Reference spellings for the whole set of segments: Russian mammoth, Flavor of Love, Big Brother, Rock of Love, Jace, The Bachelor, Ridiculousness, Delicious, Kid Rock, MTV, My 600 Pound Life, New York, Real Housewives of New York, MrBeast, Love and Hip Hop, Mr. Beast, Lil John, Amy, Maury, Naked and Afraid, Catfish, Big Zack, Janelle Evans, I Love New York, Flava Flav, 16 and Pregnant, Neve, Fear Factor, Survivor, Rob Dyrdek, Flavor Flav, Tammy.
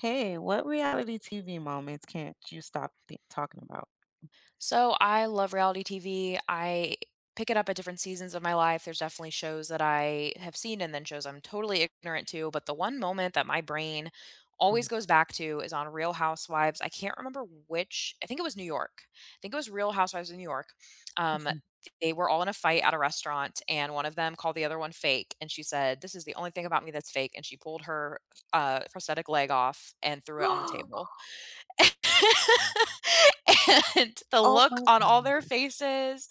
Hey, what reality TV moments can't you stop talking about? So I love reality TV. I pick it up at different seasons of my life. There's definitely shows that I have seen and then shows I'm totally ignorant to. But the one moment that my brain Mhm. always goes back to is on Real Housewives. I can't remember which, I think it was New York. I think it was Real Housewives of New York. Um, they were all in a fight at a restaurant, and one of them called the other one fake. And she said, "This is the only thing about me that's fake." And she pulled her prosthetic leg off and threw it on the table. And the Oh look my on all their god. faces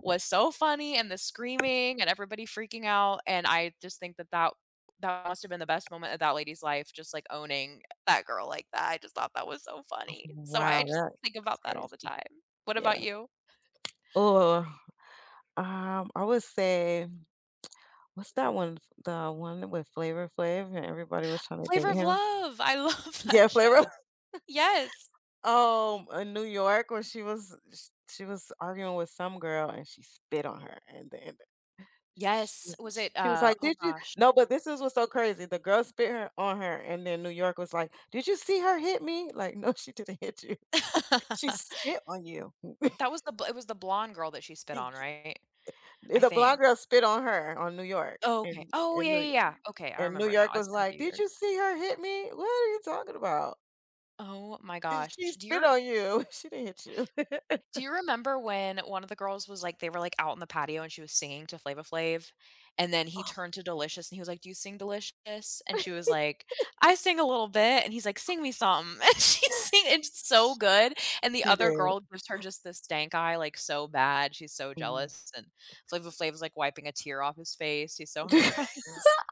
was so funny, and the screaming and everybody freaking out, and I just think that that must have been the best moment of that lady's life, just, like, owning that girl like that. I just thought that was so funny. So I Wow, just think that's about that all the crazy. time. What Yeah. about you? Or I would say, what's that one? The one with Flavor Flav and everybody was trying to date Flavor of him. Love, I love Yeah, that Flavor. show. Yes. In New York where she was sh she was arguing with some girl and she spit on her, and then she Yes. was Was it, she was like, oh "Did you" gosh. No, but this is what's so crazy. The girl spit her on her, and then New York was like, "Did you see her hit me?" Like, "No, she didn't hit you. She spit on you." That was the bl it was the blonde girl that she spit on, right? I The blonde think. girl spit on her on New York, Oh, okay. and Oh, and yeah, New yeah, yeah. Okay, I and New remember York now. was It's been a like, few "Did years. you see her hit me? What are you talking about? Oh my gosh. She Do spit you on you. She didn't hit you." do you remember when one of the girls was like they were like out in the patio and she was singing to Flava Flav, and then he turned to Delicious and he was like, "Do you sing, Delicious?" And she was like, "I sing a little bit." And he's like, "Sing me something." And she's singing, it's so good. And the She other did. girl gives her just this stank eye, like, so bad. She's so Mhm. jealous, and Flava Flav is like wiping a tear off his face. He's so impressed.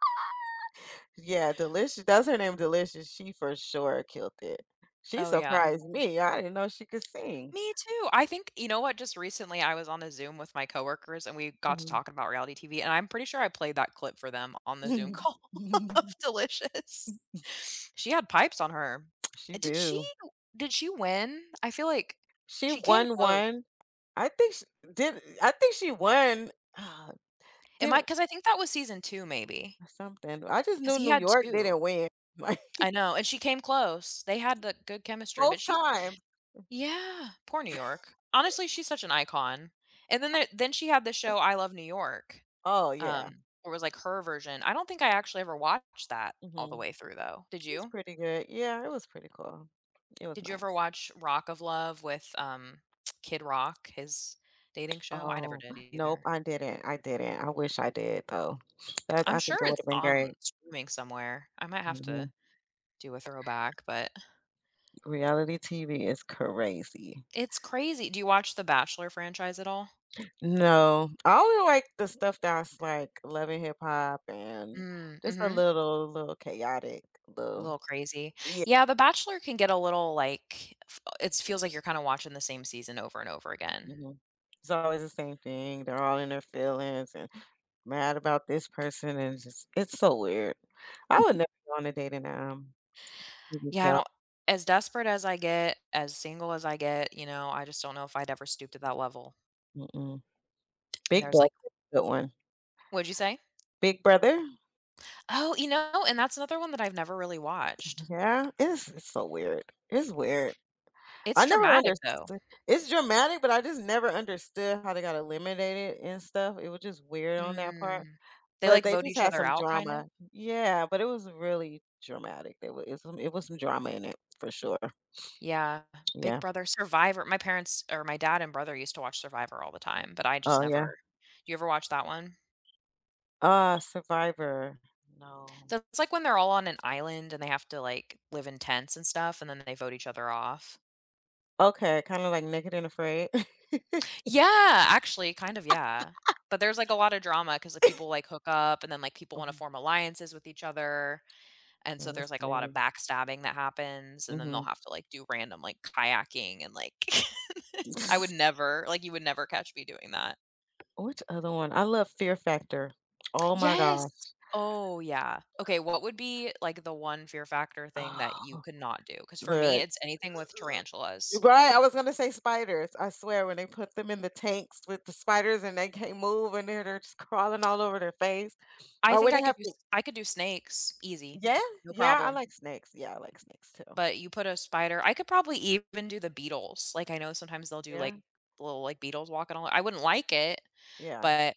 Yeah, Delicious. That's her name, Delicious. She for sure killed it. She Oh yeah. surprised me. I didn't know she could sing. Me too. I think, you know what? Just recently, I was on a Zoom with my coworkers, and we got to Mhm. talking about reality TV. And I'm pretty sure I played that clip for them on the Zoom call of Delicious. She had pipes on her. She Did she? do. Did she win? I feel like She she came won close. one. I think she did. I think she won. Uh, It did might, because I think that was season two, maybe. something. I just Because knew he New had York two. didn't win like I know, and she came close. They had the good chemistry, but both she. times. Yeah, poor New York. Honestly, she's such an icon. And then then she had the show I Love New York. Oh yeah, Or it was like her version. I don't think I actually ever watched that all the hmm, way through though. Did it was you? pretty good. Yeah, it was pretty cool. It was Did you ever nice. watch Rock of Love with Kid Rock, his dating show? I never Oh, did nope, either. I didn't. I didn't. I wish I did though. That I'm I sure think it would it's have been on great. streaming somewhere. I might have Mhm. to do a throwback, but Reality TV is crazy. it's crazy. Do you watch the Bachelor franchise at all? No, I only like the stuff that's like Love and Hip Hop, and Mm, just a mhm. little, little chaotic, A little. little crazy. Yeah. Yeah, The Bachelor can get a little like it feels like you're kind of watching the same season over and over again. Mhm. It's always the same thing. They're all in their feelings and mad about this person, and just it's so weird. I would never go on a date in TV Yeah, I show. don't as desperate as I get, as single as I get, you know, I just don't know if I'd ever stoop to that level. Mm-mm. And Big there's Brother, like good one. what'd you say? Big Brother, Oh, you know, and that's another one that I've never really watched. yeah, it's so weird. It's weird. It's I never dramatic though. understood. It's dramatic, but I just never understood how they got eliminated and stuff. It was just weird on that part. Mm. They But like they vote just each had other some out kind of? drama. Yeah, but it was really dramatic. There was it was some drama in it for sure. Yeah. Yeah. Big Brother, Survivor. My parents, or my dad and brother, used to watch Survivor all the time, but I just Oh yeah. never. Do you ever watch that one? Uh, Survivor. No. That's like when they're all on an island and they have to like live in tents and stuff and then they vote each other off. Okay, kind of like Naked and Afraid. Yeah, actually, kind of, yeah. But there's, like, a lot of drama because like, people, like, hook up and then, like, people wanna Mhm. form alliances with each other, and Yeah, so that's there's, like, a lot of crazy. backstabbing that happens, and then they'll Hmm. have to, like, do random, like, kayaking and, like I would never like, you would never catch me doing that. Which other one? I love Fear Factor. Oh my Yes! gosh. Oh, yeah. Okay, what would be, like, the one fear factor thing that you Oh, could not do? Because for me, look. it's anything with tarantulas. Right, I was gonna say spiders. I swear when they put them in the tanks with the spiders and they can't move and they're just crawling all over their face. I Or think when I they have could do to s I could do snakes, easy, Yeah, no yeah, I problem. like snakes. Yeah, I like snakes too. But you put a spider I could probably even do the Beatles, like, I know sometimes they'll do, like, Yeah, little, like, Beatles walking and all, I wouldn't like it, yeah. but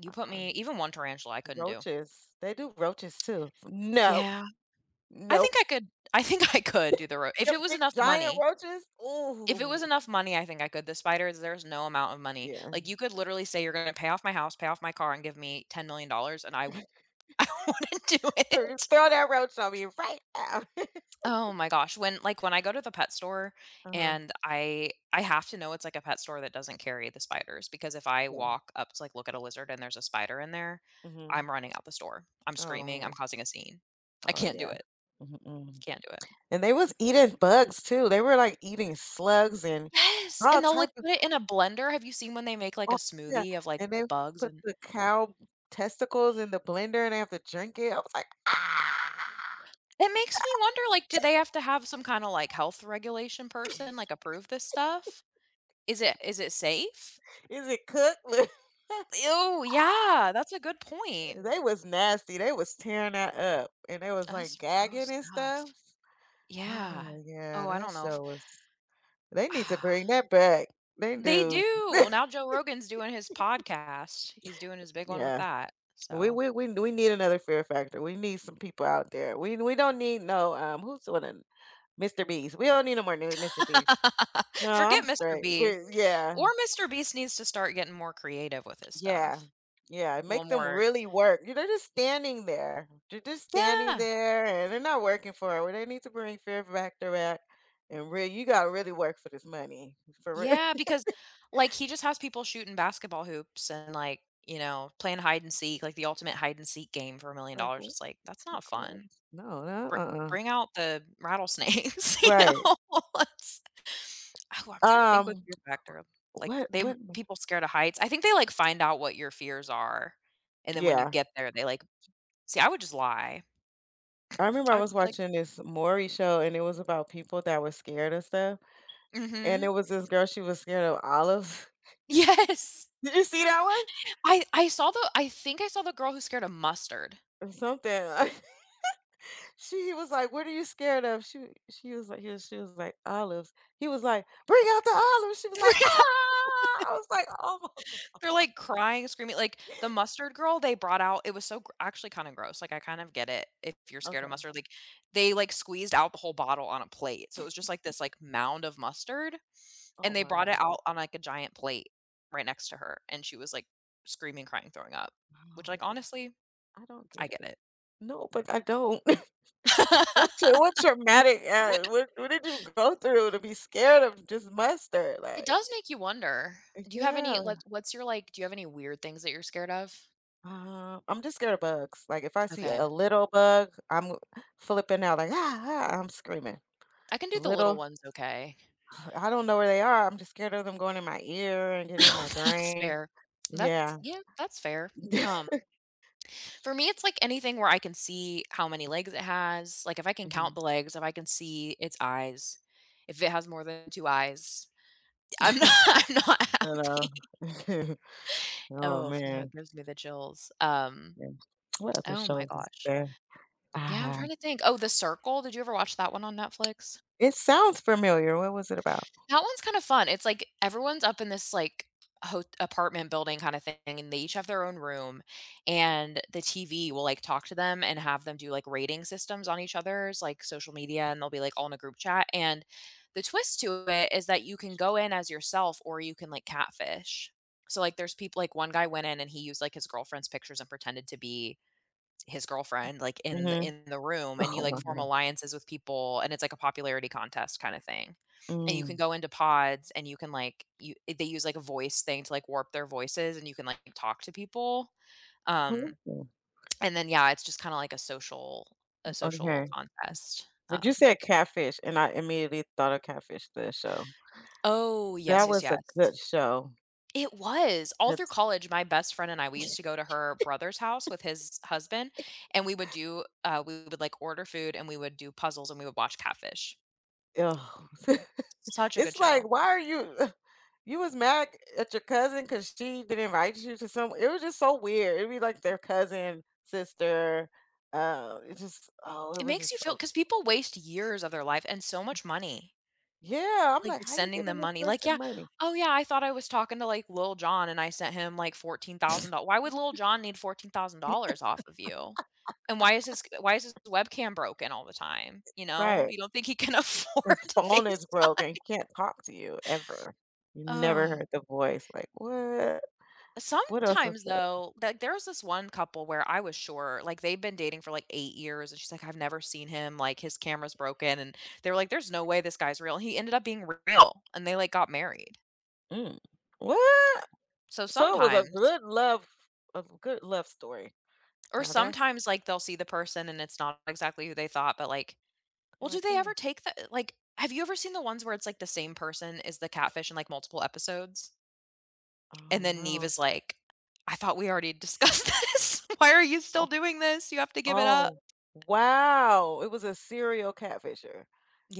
you put Uh-uh. me even one tarantula I couldn't do. Roaches. They do roaches too. No, Yeah, I nope. think I could I think I could do the ro if The it was big enough giant money. roaches. If it was Ooh. enough money, I think I could. The spiders, there's no amount of money. Yeah. Like, you could literally say, "You're gonna pay off my house, pay off my car, and give me $10,000,000," and I I wouldn't do Throw it. throw that roach on me right now. Oh my gosh, when like, when I go to the pet store Uh-huh. and I have to know it's, like, a pet store that doesn't carry the spiders, because if I Yeah. walk up to, like, look at a lizard and there's a spider in there, Hmm. I'm running out the store. I'm Oh screaming, yeah. I'm causing a scene. I Oh can't do yeah. it. Mm-mm. Can't do it. And they was eating bugs too. They were, like, eating slugs and Yes, all and they'll, type like, of put it in a blender. Have you seen when they make, like, a oh, yeah, smoothie of, like, and they bugs put and the cow testicles in the blender and they have to drink it. I was like, "Ah, it makes me wonder, like, do they have to have some kinda, like, health regulation person, like, approve this stuff? Is it safe? is it cooked?" Oh yeah, that's a good point. They was nasty. They was tearing that up, and they was, like, That's some gagging gross and stuff. stuff. Yeah. Oh, yeah, Oh, I that don't know if show was they need to ah, bring that back. They they do. do! Well, now Joe Rogan's doing his podcast. He's doing his big one with Yeah. that, We so we we we need another Fear Factor. We need some people out there. We don't need no, who's the one that Mr. Beast. We don't need no more new Mr. Beast. No, I'm Forget Mr. straight. Beast. Yeah, Or Mr. Beast needs to start getting more creative with his yeah, stuff. yeah. A little Make them more. really work. You- They're just standing there. They're just standing Yeah. there, and they're not working for it. Well, they need to bring fear back to back, and really, you gotta really work for this money for real. Yeah, because, like, he just has people shooting basketball hoops and, like, you know, playing hide and seek, like the ultimate hide and seek game for Like $1,000,000. what? It's like, that's Like, not what? fun. No, no, Br uh-uh. bring out the rattlesnakes, you Right. know? Let's Oh, I'm trying to think with Um. fear factor. Like, What? they What? M- people scared of heights. I think they, like, find out what your fears are, and then when you Yeah. get there, they, like see, I would just lie. I remember I I would was just be like, watching this Maury show, and it was about people that were scared of stuff. And it "Mhm." was this girl. She was scared of olives. Yes. Did you see that one? I think I saw the girl who's scared of mustard. Or something. She he was like, "What are you scared of?" She was like, he was she was like, "Olives." He was like, "Bring out the olives." She was like, "Ah!" I was like, "Oh my." They're, like, crying, screaming, like, the mustard girl they brought out it was so gr actually kinda gross, like, I kind of get it if you're scared of Okay. mustard, like, they, like, squeezed out the whole bottle on a plate, so it was just, like, this, like, mound of mustard, Oh and they my brought it god. out on, like, a giant plate right next to her, and she was, like, screaming, crying, throwing up, which, Lord, like, honestly, I don't I get get it. it. No, but I don't. What's your what traumatic, what did you go through to be scared of just mustard? It Like does make you wonder. Do you have any what Yeah. what's your, like do you have any weird things that you're scared of? I'm just scared of bugs. Like, if I see Okay. a little bug, I'm flipping out like, "Ah, ah," I'm screaming. I can do the little Little ones okay. I don't know where they are. I'm just scared of them going in my ear and getting in my That's brain. fair. That's Yeah. yeah, that's fair. Um, for me, it's like anything where I can see how many legs it has. Like if I can count Mhm. the legs, if I can see its eyes, if it has more than 2 eyes, I'm not I'm not I know. happy. Oh, Oh, no, it man. gives me the chills. Yeah. What other Oh my shows is gosh. there? Yeah, I'm Ah, trying to think. Oh, The Circle, did you ever watch that one on Netflix? it sounds familiar. What was it about? That one's kind of fun. It's like everyone's up in this like apartment building kind of thing, and they each have their own room, and the TV will like talk to them and have them do like rating systems on each other's like social media, and they'll be like all in a group chat. And the twist to it is that you can go in as yourself, or you can like catfish. So like, there's people like one guy went in and he used like his girlfriend's pictures and pretended to be his girlfriend, like, Mhm. in the room, and you, Oh like, my form god. alliances with people, and it's like a popularity contest kinda thing. And you can Mm. go into pods, and you can, like they use, like, a voice thing to, like, warp their voices, and you can, like, talk to people. Who is Um, it? and then, yeah, it's just kinda like a social Okay. contest. But you Um said Catfish, and I immediately thought of Catfish, the show. Oh, yes, That yes, was a good yes. show. It was. All through That's college, my best friend and I, we used to go to her brother's house with his husband, and we would do, we would, like, order food, and we would do puzzles, and we would watch Catfish. oh. Such a good It's show. like, why are you you was mad at your cousin because she didn't invite you to some it was just so weird. It'd be like their cousin, sister. It just oh, it It was makes you just feel so because people waste years of their life and so much money, yeah. I'm like, like, just how you sending giving them this money, like, person "Yeah, money? oh, yeah, I thought I was talking to, like, Lil John and I sent him, like, $14,000." Why would Lil John need $14,000 off of you? And why is his webcam broken all the time, you know? Right. You don't think he can afford His phone is FaceTime? broken. He can't talk to you ever. You never Oh. heard the voice. Like, what? What else is Sometimes that? though, like there was this one couple where I was sure, like they've been dating for like 8 years and she's like, "I've never seen him, like his camera's broken," and they were like, "There's no way this guy's real." And he ended up being real and they like got married. Mm. What? So So it was sometimes, a good love story. or Now that's sometimes like they'll see the person and it's not exactly who they thought, but like, well, like, do they oh ever take the like have you ever seen the ones where it's like the same person is the catfish in like multiple episodes? oh, And then Neve no. is like, "I thought we already discussed this. Why are you still doing this? You have to give it up." Oh, wow! It was a serial catfisher.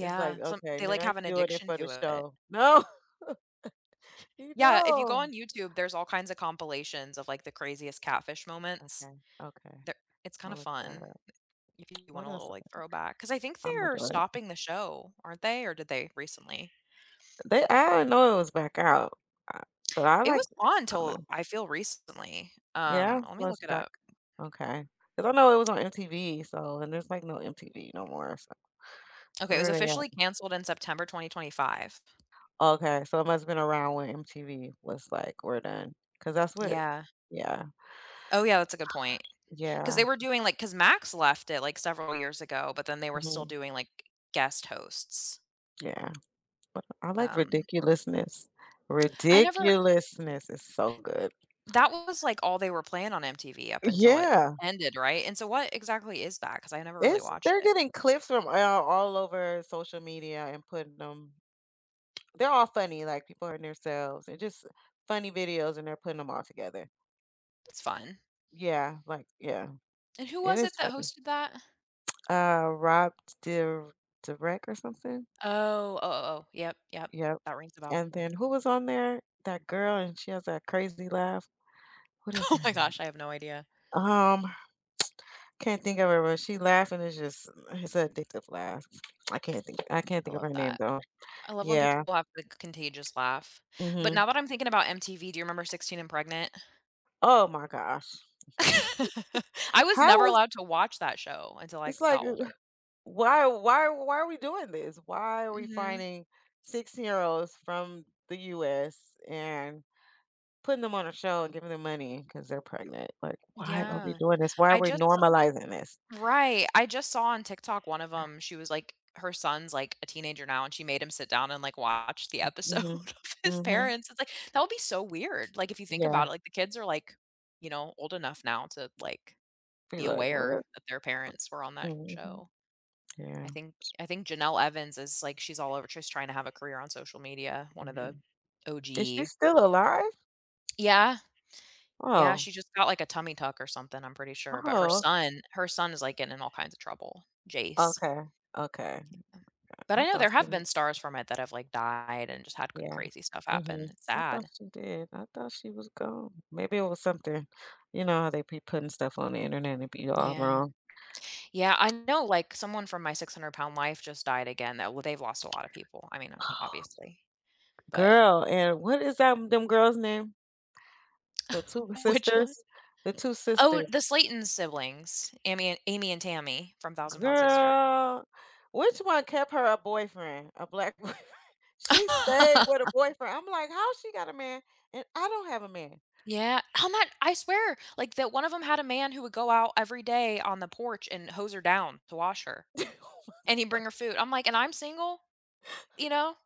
It's like, some "Okay, they, like, now have you an doing it addiction for the to it. show." No, you Yeah, if you go know. on YouTube, there's all kinds of compilations of, like, the craziest catfish moments. Okay, okay, They're It's I'mma kinda look that fun up. if you want What a else little, like, throwback. Because I think Imma they're do it? stopping the show, aren't they, or did they recently? They I didn't know it was back out, uh, but I It like was on I don't till know. I feel recently. Yeah, Let so me it's look it back. up. Okay, because I know it was on MTV, so and there's, like, no MTV no more, so Okay, it where was are they officially at? canceled in September 2025. Okay, so it must've been around when MTV was like, "We're done," done. Because that's what Yeah. yeah, Oh, yeah, that's a good point. Because yeah, they were doing, like because Max left it, like, several years ago, but then they were still mhm, doing, like, guest hosts. yeah. I like Um ridiculousness. I never Ridiculousness is so good. That was, like, all they were playing on MTV up until it Yeah, ended, right? And so what exactly is that? Because I never really it's watched they're it. getting clips from all over social media and putting them. They're all funny, like people hurting themselves and just funny videos, and they're putting them all together. It's fun. Yeah, like yeah, And who it was is it that funny. hosted that? Rob Dir- Direct or something. Oh, oh, oh, oh, yep, yep. Yep. That rings a bell. And then who was on there? That girl, and she has that crazy laugh. What is Oh her my name? gosh, I have no idea. Um, Can't think of her, but she laughing is just it's an addictive laugh. I can't I think of love her name that. though. I love when people Yeah, have the contagious laugh. But mhm. now that I'm thinking about MTV, do you remember 16 and Pregnant? Oh my gosh. I was How never was allowed to watch that show until I it's like, got older. why why are we doing this? Why are we Mhm. finding 16-year-olds from the US and putting them on a show and giving them money because 'cause they're pregnant? Like, why are we Yeah. doing this? Why are I we just normalizing this? Right. I just saw on TikTok one of them. She was like her son's like a teenager now, and she made him sit down and like watch the episode Mhm. of his Mhm. parents. It's like, that would be so weird. Like, if you think Yeah. about it, like the kids are like, you know, old enough now to like Be be like, aware "What?" that their parents were on that Mhm. show. Yeah, I think I think Janelle Evans is like she's all over. She's trying to have a career on social media. One of the mhm. Is she OG. still alive? Yeah. Yeah. Oh. She just got like a tummy tuck or something, I'm pretty sure. But her Oh, son, her son is like getting in all kinds of trouble. Jace. okay, okay. But I I know thought there have so been stars from it that have, like, died and just had c yeah, crazy stuff mhm. happen. It's I thought sad. she did. I thought she was gone. Maybe it was something you know how they be putting stuff on the internet and it be all Yeah. wrong. Yeah, I know, like, someone from My 600 Pound Life just died again, that well, they've lost a lot of people. I mean, ob Oh, obviously, but girl, and what is that them girls' name? The 2 which one? sisters? The 2 Oh, sisters. the Slayton siblings, Amy and Tammy from 1000 Pound Sister. Girl, which one kept her a boyfriend, a black boyfriend? She stayed with a boyfriend. I'm like, "How she got a man and I don't have a man?" Yeah, how much I swear, like, that one of them had a man who would go out every day on the porch and hose her down to wash her, and he'd bring her food. I'm like, "And I'm single?" You know?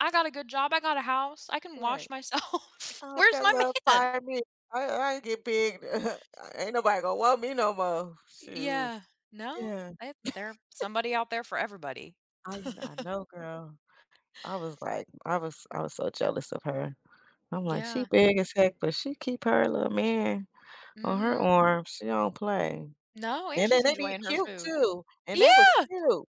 I got a good job, I got a house, I can wash Right. myself. Where's After my love man? find me, I get big. Ain't nobody gonna want me no more. Shoot. Yeah. No, Yeah. I there somebody out there for everybody. I used I know, girl. I was like, I was so jealous of her. I'm like, she Yeah. big as heck, but she keep her little man on her Mhm. arm. She don't play. No, and And then she's they be enjoying her cute food. too. And they was Yeah! cute.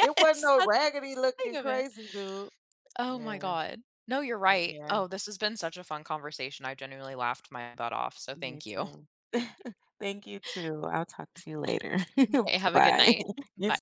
It wasn't no raggedy That's the looking thing of it. crazy dude. Oh my Yeah, god. No, you're but right. yeah, Oh, this has been such a fun conversation, I genuinely laughed my butt off, so me thank you. too. Thank you too. I'll talk to you later. Okay, have a good Bye. night. You Bye.